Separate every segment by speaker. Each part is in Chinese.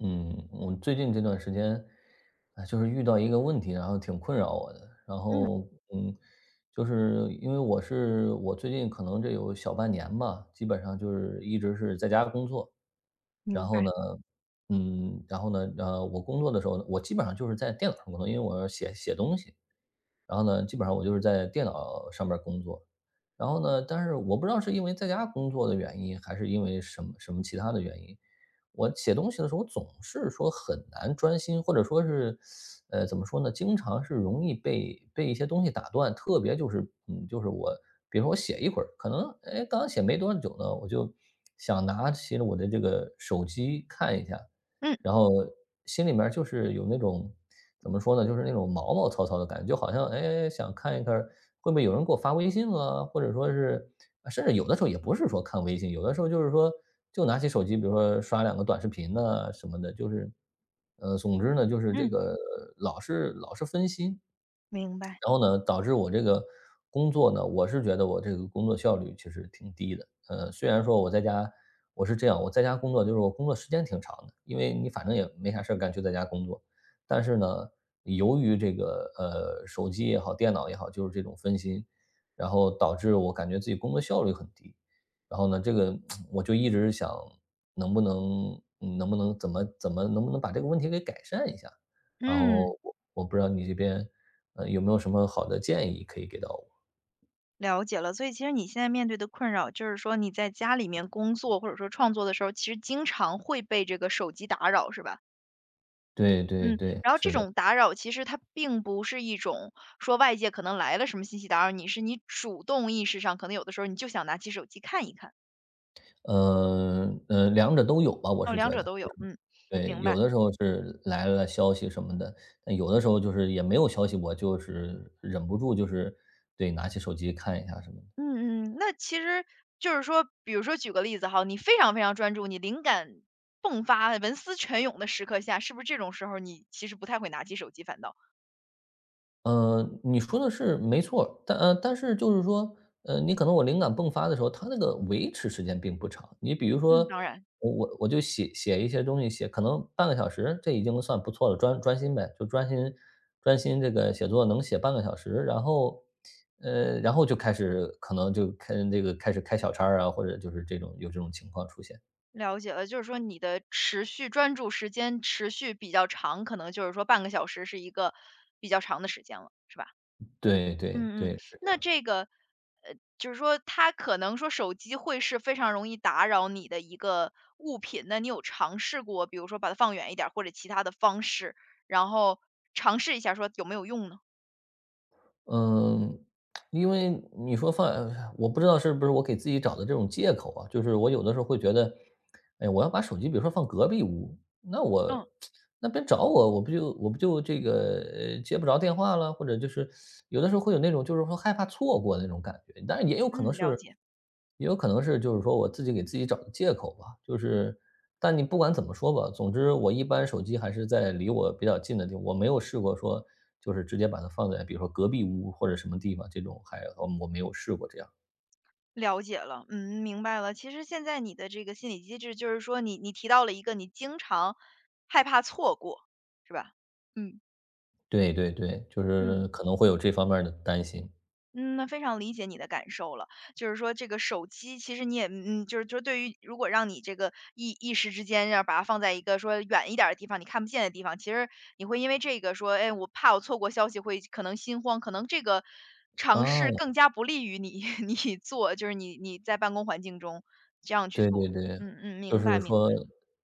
Speaker 1: 嗯，我最近这段时间，啊，就是遇到一个问题，然后挺困扰我的。然
Speaker 2: 嗯，
Speaker 1: 后，嗯，就是因为我最近可能这有小半年吧，基本上就是一直是在家工作。然
Speaker 2: 明
Speaker 1: 后
Speaker 2: 白。
Speaker 1: 呢，嗯，然后呢，呃，我工作的时候呢，我基本上就是在电脑上工作，因为我要写写东西。然后呢，基本上我就是在电脑上面儿工作。然后呢，但是我不知道是因为在家工作的原因，还是因为什么什么其他的原因，我写东西的时候总是说很难专心，或者说是，怎么说呢，经常是容易被一些东西打断。特别就是，就是我，比如说我写一会儿，可能哎刚写没多久呢，我就想拿起我的这个手机看一下，
Speaker 2: 嗯
Speaker 1: 然后心里面儿就是有那种怎么说呢，就是那种毛毛糙糙的感觉，就好像，哎，想看一看会不会有人给我发微信了，或者说是啊甚至有的时候也不是说看微信，有的时候就是说就拿起手机，比如说刷两个短视频呐什么的，就是，总之呢，就是这
Speaker 2: 嗯，
Speaker 1: 个老是分心。
Speaker 2: 明白。
Speaker 1: 然后呢，导致我这个工作呢，我是觉得我这个工作效率其实挺低的。虽然说我在家我是这样，我在家工作就是我工作时间挺长的，因为你反正也没啥事儿干，就在家工作。但是呢，由于这个手机也好，电脑也好，就是这种分心，然后导致我感觉自己工作效率很低。然后呢，这个 我就一直想能不能嗯能不能怎么怎么能不能把这个问题给改善一下。然后
Speaker 2: 嗯，
Speaker 1: 我不知道你这边有没有什么好的建议可以给到我？
Speaker 2: 了解了。所以其实你现在面对的困扰，就是说你在家里面工作或者说创作的时候，其实经常会被这个手机打扰，是吧？
Speaker 1: 对对
Speaker 2: 嗯，
Speaker 1: 对，
Speaker 2: 然后这
Speaker 1: 是的。
Speaker 2: 种打扰其实它并不是一种说外界可能来了什么信息打扰你，是你主动意识上可能有的时候你就想拿起手机看一看，
Speaker 1: 两者都有吧，我
Speaker 2: 哦，
Speaker 1: 是觉
Speaker 2: 两者
Speaker 1: 得，
Speaker 2: 都
Speaker 1: 就
Speaker 2: 有，
Speaker 1: 是
Speaker 2: 嗯，
Speaker 1: 对，
Speaker 2: 明
Speaker 1: 有
Speaker 2: 白。
Speaker 1: 的时候是来了消息什么的，但有的时候就是也没有消息，我就是忍不住就是对，拿起手机看一下什么的。
Speaker 2: 嗯嗯，那其实就是说，比如说举个例子哈，你非常非常专注，你灵感迸发、文思泉涌的时刻下，是不是这种时候你其实不太会拿起手机，反倒？
Speaker 1: 你说的是没错儿但是就是说，你可能我灵感迸发的时候，它那个维持时间并不长。你比如
Speaker 2: 嗯，
Speaker 1: 说，
Speaker 2: 当然
Speaker 1: 我就写写一些东西，写可能半个小时，这已经算不错了，专心呗，就专心这个写作，能写半个小时，然后，然后就开始可能就开这个开始开小差儿啊，或者就是这种有这种情况出现。
Speaker 2: 了解了，就是说你的持续专注时间持续比较长，可能就是说半个小时是一个比较长的时间了，是吧？
Speaker 1: 对对
Speaker 2: 嗯嗯，
Speaker 1: 对，是这
Speaker 2: 那
Speaker 1: 样，
Speaker 2: 这个，就是说它可能说手机会是非常容易打扰你的一个物品，那你有尝试过，比如说把它放远一点儿，或者其他的方式，然后尝试一下说有没有用呢？
Speaker 1: 嗯，因为你说放我不知道是不是我给自己找的这种借口啊，就是我有的时候会觉得，哎，我要把手机比如说放隔壁屋，那我
Speaker 2: 嗯
Speaker 1: 那别找我，我不就这个接不着电话了，或者就是有的时候会有那种就是说害怕错过那种感觉，但是也有可能
Speaker 2: 嗯，了
Speaker 1: 是。
Speaker 2: 解。
Speaker 1: 也有可能是就是说我自己给自己找个借口吧，就是但你不管怎么说吧，总之我一般手机还是在离我比较近的地方，我没有试过说就是直接把它放在比如说隔壁屋或者什么地方这种，还我没有试过这样。
Speaker 2: 了解了，嗯，明白了。其实现在你的这个心理机制，就是说你提到了一个你经常害怕错过，是吧？嗯
Speaker 1: 对对对，就
Speaker 2: 嗯。
Speaker 1: 是可能会有这方面儿的担心。
Speaker 2: 嗯，那非常理解你的感受了。就是说这个手机其实你也嗯，就是对于如果让你这个一时之间要把它放在一个说远一点儿的地方，你看不见的地方，其实你会因为这个说，哎，我怕我错过消息会可能心慌，可能这个尝试
Speaker 1: 啊。
Speaker 2: 更加不利于你 你做，就是你在办公环境中这样去
Speaker 1: 对
Speaker 2: 做。
Speaker 1: 对对，
Speaker 2: 嗯嗯，
Speaker 1: 就
Speaker 2: 明白
Speaker 1: 是
Speaker 2: 明
Speaker 1: 说，
Speaker 2: 白。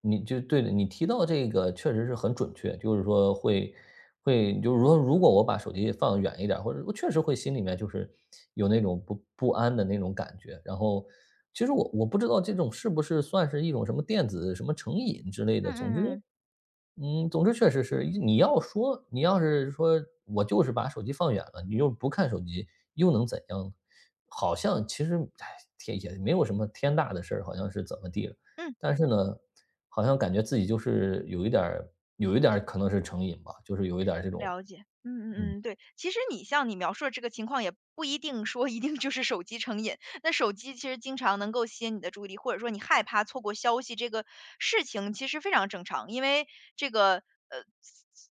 Speaker 1: 你就对的，你提到这个确实是很准确，就是说会就是说如果我把手机放远一点儿，或者我确实会心里面就是有那种不安的那种感觉。然后其实我不知道这种是不是算是一种什么电子什么成瘾之类
Speaker 2: 嗯
Speaker 1: 的，总
Speaker 2: 嗯
Speaker 1: 之
Speaker 2: 嗯嗯。
Speaker 1: 嗯，总之确实是，你要是说我就是把手机放远了，你又不看手机，又能怎样呢？好像其实，唉，天也没有什么天大的事儿，好像是怎么地了。但是呢，好像感觉自己就是有一点儿可能是成瘾吧，就是有一点儿这种。
Speaker 2: 了解，嗯
Speaker 1: 嗯。
Speaker 2: 嗯嗯，对。其实你像你描述的这个情况，也不一定说一定就是手机成瘾。那手机其实经常能够吸引你的注意力，或者说你害怕错过消息这个事情，其实非常正常。因为这个呃，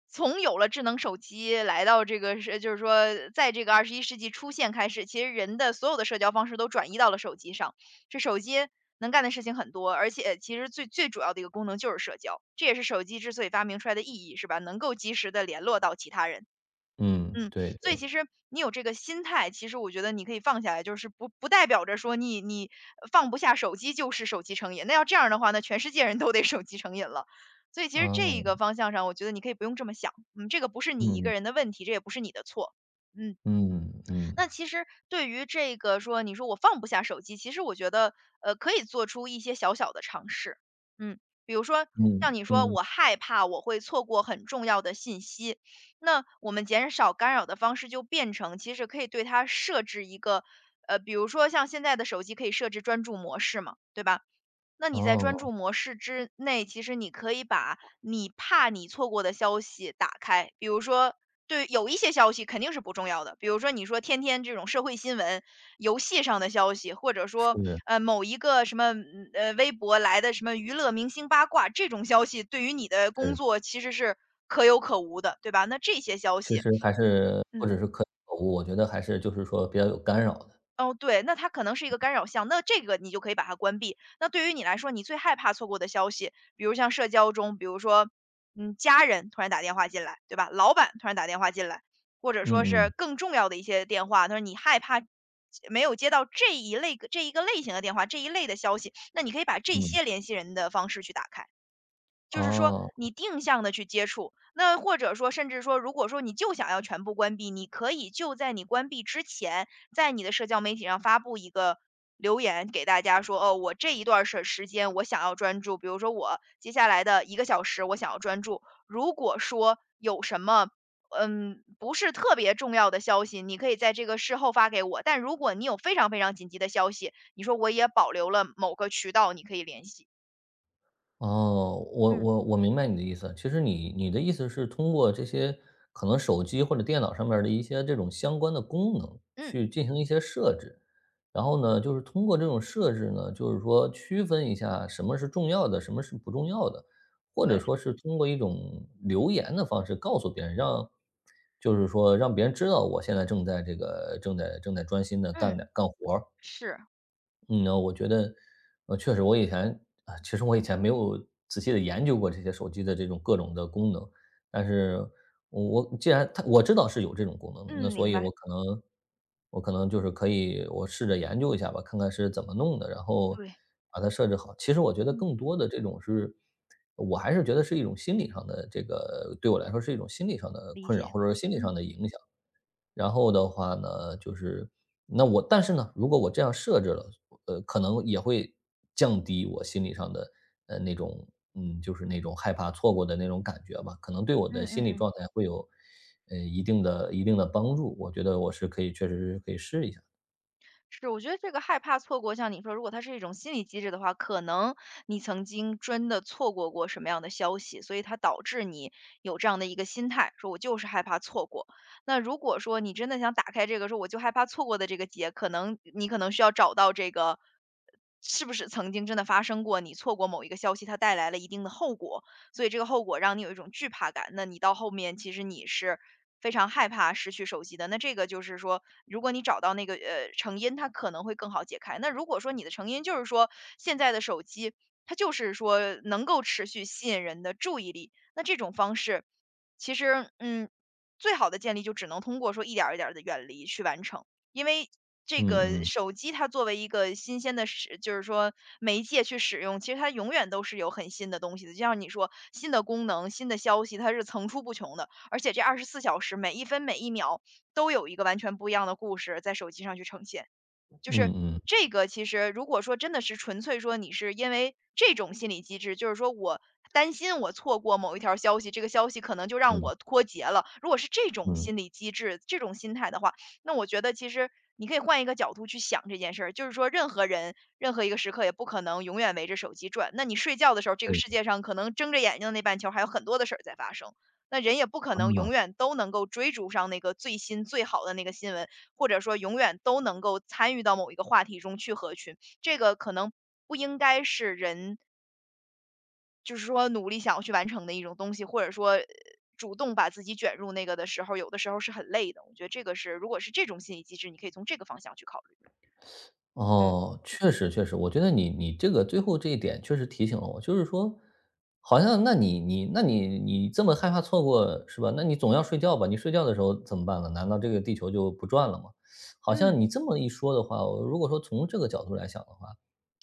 Speaker 2: 从有了智能手机来到这个是，就是说在这个21世纪出现开始，其实人的所有的社交方式都转移到了手机上。这手机能干的事情很多，而且其实最最主要的一个功能就是社交，这也是手机之所以发明出来的意义，是吧？能够及时的联络到其他人。
Speaker 1: 嗯。
Speaker 2: 嗯，
Speaker 1: 对
Speaker 2: 所以
Speaker 1: 对。
Speaker 2: 其实你有这个心态，其实我觉得你可以放下来，就是不代表着说你你放不下手机就是手机成瘾。那要这样的话，那全世界人都得手机成瘾了。所以其实这一个
Speaker 1: 哦。
Speaker 2: 方向上，我觉得你可以不用这么想。嗯，这个不是你一个
Speaker 1: 嗯。
Speaker 2: 人的问题，这也不是你的错。嗯。
Speaker 1: 嗯。嗯。
Speaker 2: 那其实对于这个说，你说我放不下手机，其实我觉得，可以做出一些小小的尝试。嗯，比如说
Speaker 1: 嗯。
Speaker 2: 像你说
Speaker 1: 嗯。
Speaker 2: 我害怕我会错过很重要的信息，那我们减少干扰的方式就变成，其实可以对它设置一个，比如说像现在的手机可以设置专注模式嘛，对吧？那你在专
Speaker 1: 哦。
Speaker 2: 注模式之内，其实你可以把你怕你错过的消息打开，比如说对有一些消息肯定是不重要的，比如说你说天天这种社会新闻、游戏上的消息，或者说
Speaker 1: 是
Speaker 2: 某一个什么微博来的什么娱乐明星八卦这种消息，对于你的工
Speaker 1: 是。
Speaker 2: 作其实是可有可无的，对吧？那这些消
Speaker 1: 其
Speaker 2: 息，
Speaker 1: 实还是不
Speaker 2: 嗯，
Speaker 1: 只是可有可无，我觉得还是就是说比较有干扰的。
Speaker 2: 哦，对，那它可能是一个干扰项，那这个你就可以把它关闭。那对于你来说，你最害怕错过的消息，比如像社交中，比如说，嗯，家人突然打电话进来，对吧？老板突然打电话进来，或者说
Speaker 1: 嗯
Speaker 2: 是
Speaker 1: 嗯。
Speaker 2: 更重要的一些电话，他说你害怕没有接到这一类这一个类型的电话，这一类的消息，那你可以把这
Speaker 1: 嗯。
Speaker 2: 些联系人的方式去打开。就是说
Speaker 1: 哦。
Speaker 2: 你定向的去接触，那或者说甚至说，如果说你就想要全部关闭，你可以就在你关闭之前，在你的社交媒体上发布一个留言给大家说：“哦，我这一段时间我想要专注，比如说我接下来的一个小时我想要专注。”如果说有什么，嗯，不是特别重要的消息，你可以在这个事后发给我，但如果你有非常非常紧急的消息，你说我也保留了某个渠道，你可以联系。
Speaker 1: 哦。我
Speaker 2: 嗯，
Speaker 1: 我我明白你的意思。其实你的意思是通过这些可能手机或者电脑上面儿的一些这种相关的功能
Speaker 2: 嗯，
Speaker 1: 去进行一些设置，然后呢，就是通过这种设置呢，就是说区分一下什么是重要的，什么是不重要的，或者
Speaker 2: 对，
Speaker 1: 说是通过一种留言的方式告诉别人，让就是说让别人知道我现在正在这个正在正在专心的干点
Speaker 2: 嗯。
Speaker 1: 干活儿。
Speaker 2: 是，
Speaker 1: 我觉得，确实我以前啊，其实我以前没有仔细的研究过这些手机的这种各种的功能，但是我我既然我知道是有这种功能的，那
Speaker 2: 嗯，
Speaker 1: 所
Speaker 2: 明
Speaker 1: 以
Speaker 2: 白，
Speaker 1: 我可能就是可以我试着研究一下吧，看看是怎么弄的，然后
Speaker 2: 对，
Speaker 1: 把它设置好。其实我觉得
Speaker 2: 嗯，
Speaker 1: 更多的这种是我还是觉得是一种心理上的这个对我来说是一种心理上的
Speaker 2: 理
Speaker 1: 困扰，
Speaker 2: 解，
Speaker 1: 或者说心理上
Speaker 2: 嗯
Speaker 1: 的影响。然后的话呢，就是但是呢，如果我这样设置了，可能也会降低我心理上的，那种就是那种害怕错过的那种感觉吧，可能对我
Speaker 2: 嗯
Speaker 1: 的
Speaker 2: 嗯
Speaker 1: 心理
Speaker 2: 嗯，
Speaker 1: 状态会有，一定的帮助，我觉得我是确实是可以试一下。
Speaker 2: 是，我觉得这个害怕错过，像你说，如果它是一种心理机制的话，可能你曾经真的错过过什么样的消息，所以它导致你有这样的一个心态，说我就是害怕错过。那如果说你真的想打开这个，说我就害怕错过的这个结，可能你可能需要找到这个。是不是曾经真的发生过？你错过某一个消息，它带来了一定的后果，所以这个后果让你有一种惧怕感。那你到后面其实你是非常害怕失去手机的。那这个就是说，如果你找到那个成因，它可能会更好解开。那如果说你的成因就是说现在的手机，它就是说能够持续吸引人的注意力，那这种方式其实嗯，最好的建立就只能通过说一点儿一点的远离去完成。因为这
Speaker 1: 嗯
Speaker 2: 个
Speaker 1: 嗯。
Speaker 2: 手机它作为一个新鲜的就是说媒介去使用，其实它永远都是有很新的东西的。就像你说，新的功能、新的消息，它是层出不穷的，而且这24小时每一分每一秒都有一个完全不一样的故事在手机上去呈现。就是
Speaker 1: 嗯嗯
Speaker 2: 这个其实如果说真的是纯粹说你是因为这种心理机制，就是说我担心我错过某一条消息，这个消息可能就让
Speaker 1: 嗯
Speaker 2: 我脱节了。如果是这种
Speaker 1: 嗯。
Speaker 2: 心理机制、这种心态的话，那我觉得其实你可以换一个角度去想这件事儿，就是说任何人、任何一个时刻也不可能永远围着手机转。那你睡觉的时候，这个
Speaker 1: 对。
Speaker 2: 世界上可能睁着眼睛的那半球还有很多的事儿在发生。那人也不可能
Speaker 1: 啊。
Speaker 2: 永远都能够追逐上那个最新最好的那个新闻，或者说永远都能够参与到某一个话题中去合群。这个可能不应该是人，就是说努力想要去完成的一种东西，或者说主动把自己卷入那个的时候，有的时候是很累的。我觉得这个是，如果是这种心理机制，你可以从这个方向去考虑。嗯
Speaker 1: 哦，确实确实，我觉得你这个最后这一点确实提醒了我，就是说，好像那你这么害怕错过是吧？那你总要睡觉吧？你睡觉的时候怎么办呢？难道这个地球就不转了吗？好像
Speaker 2: 嗯
Speaker 1: 你这么一说的话，我如果说从这个角度来想的话，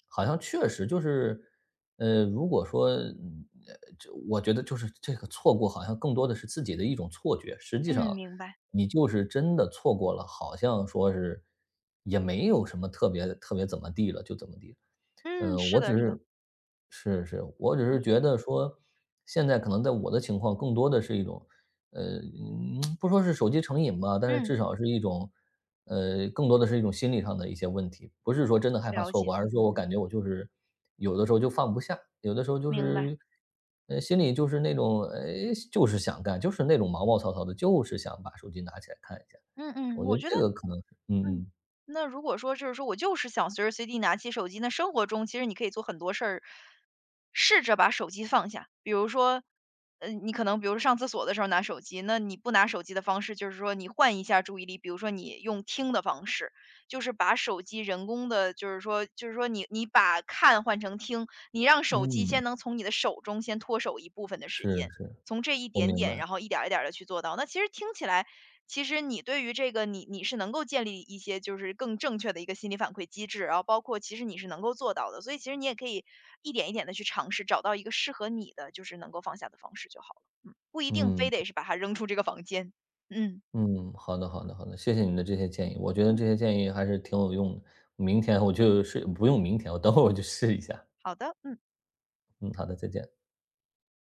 Speaker 1: 好像确实就是，如果说，这我觉得就是这个错过好像更多的是自己的一种错觉，实际上
Speaker 2: 嗯，明白。
Speaker 1: 你就是真的错过了，好像说是也没有什么特别特别怎么地了，就怎么地了。
Speaker 2: 嗯，是
Speaker 1: 我只
Speaker 2: 的，是的，
Speaker 1: 是是是，我只
Speaker 2: 我
Speaker 1: 是
Speaker 2: 嗯
Speaker 1: 觉得说，现在可能在我的情况更多的是一种，不说是手机成瘾吧，但是
Speaker 2: 嗯，
Speaker 1: 至少是一种，更多的是一种心理上的一些问题，不是说真的害怕
Speaker 2: 了
Speaker 1: 错过，
Speaker 2: 解。
Speaker 1: 而
Speaker 2: 嗯
Speaker 1: 是
Speaker 2: 嗯
Speaker 1: 说我
Speaker 2: 嗯
Speaker 1: 感觉
Speaker 2: 嗯，
Speaker 1: 我就是有的时候就放不下，有的时候就
Speaker 2: 明白。
Speaker 1: 是，心里就是那种，哎，就是想干，就是那种毛毛躁躁的，就是想把手机拿起来看一下。
Speaker 2: 嗯
Speaker 1: 我
Speaker 2: 嗯，
Speaker 1: 觉
Speaker 2: 我
Speaker 1: 得
Speaker 2: 觉得
Speaker 1: 这个可能是。嗯
Speaker 2: 嗯，
Speaker 1: 嗯
Speaker 2: 那如果说就是说我就是想随时随地拿起手机，那生活中其实你可以做很多事儿，试着把手机放下。比如说，你可能比如说上厕所的时候拿手机，那你不拿手机的方式就是说你换一下注意力，比如说你用听的方式，就是把手机人工的，就是说你把看换成听，你让手机先
Speaker 1: 嗯。
Speaker 2: 能从你的手中先脱手一部分的时
Speaker 1: 是
Speaker 2: 间，
Speaker 1: 是。
Speaker 2: 从这一
Speaker 1: 我
Speaker 2: 点
Speaker 1: 明
Speaker 2: 点，
Speaker 1: 白。
Speaker 2: 然后一点儿一点的去做到。那其实听起来，其实你对于这个你是能够建立一些就是更正确的一个心理反馈机制，然后包括其实你是能够做到的，所以其实你也可以一点一点的去尝试，找到一个适合你的，就是能够放下的方式就好了。嗯，不一定非
Speaker 1: 嗯。
Speaker 2: 得是把它扔出这个房间。嗯
Speaker 1: 嗯，好的好的好的，谢谢你的这些建议，我觉得
Speaker 2: 嗯，
Speaker 1: 这些建议还是挺有用的。明天我就试不用明天，我等会儿我就试一下。
Speaker 2: 好的，嗯。
Speaker 1: 嗯，好的，再见。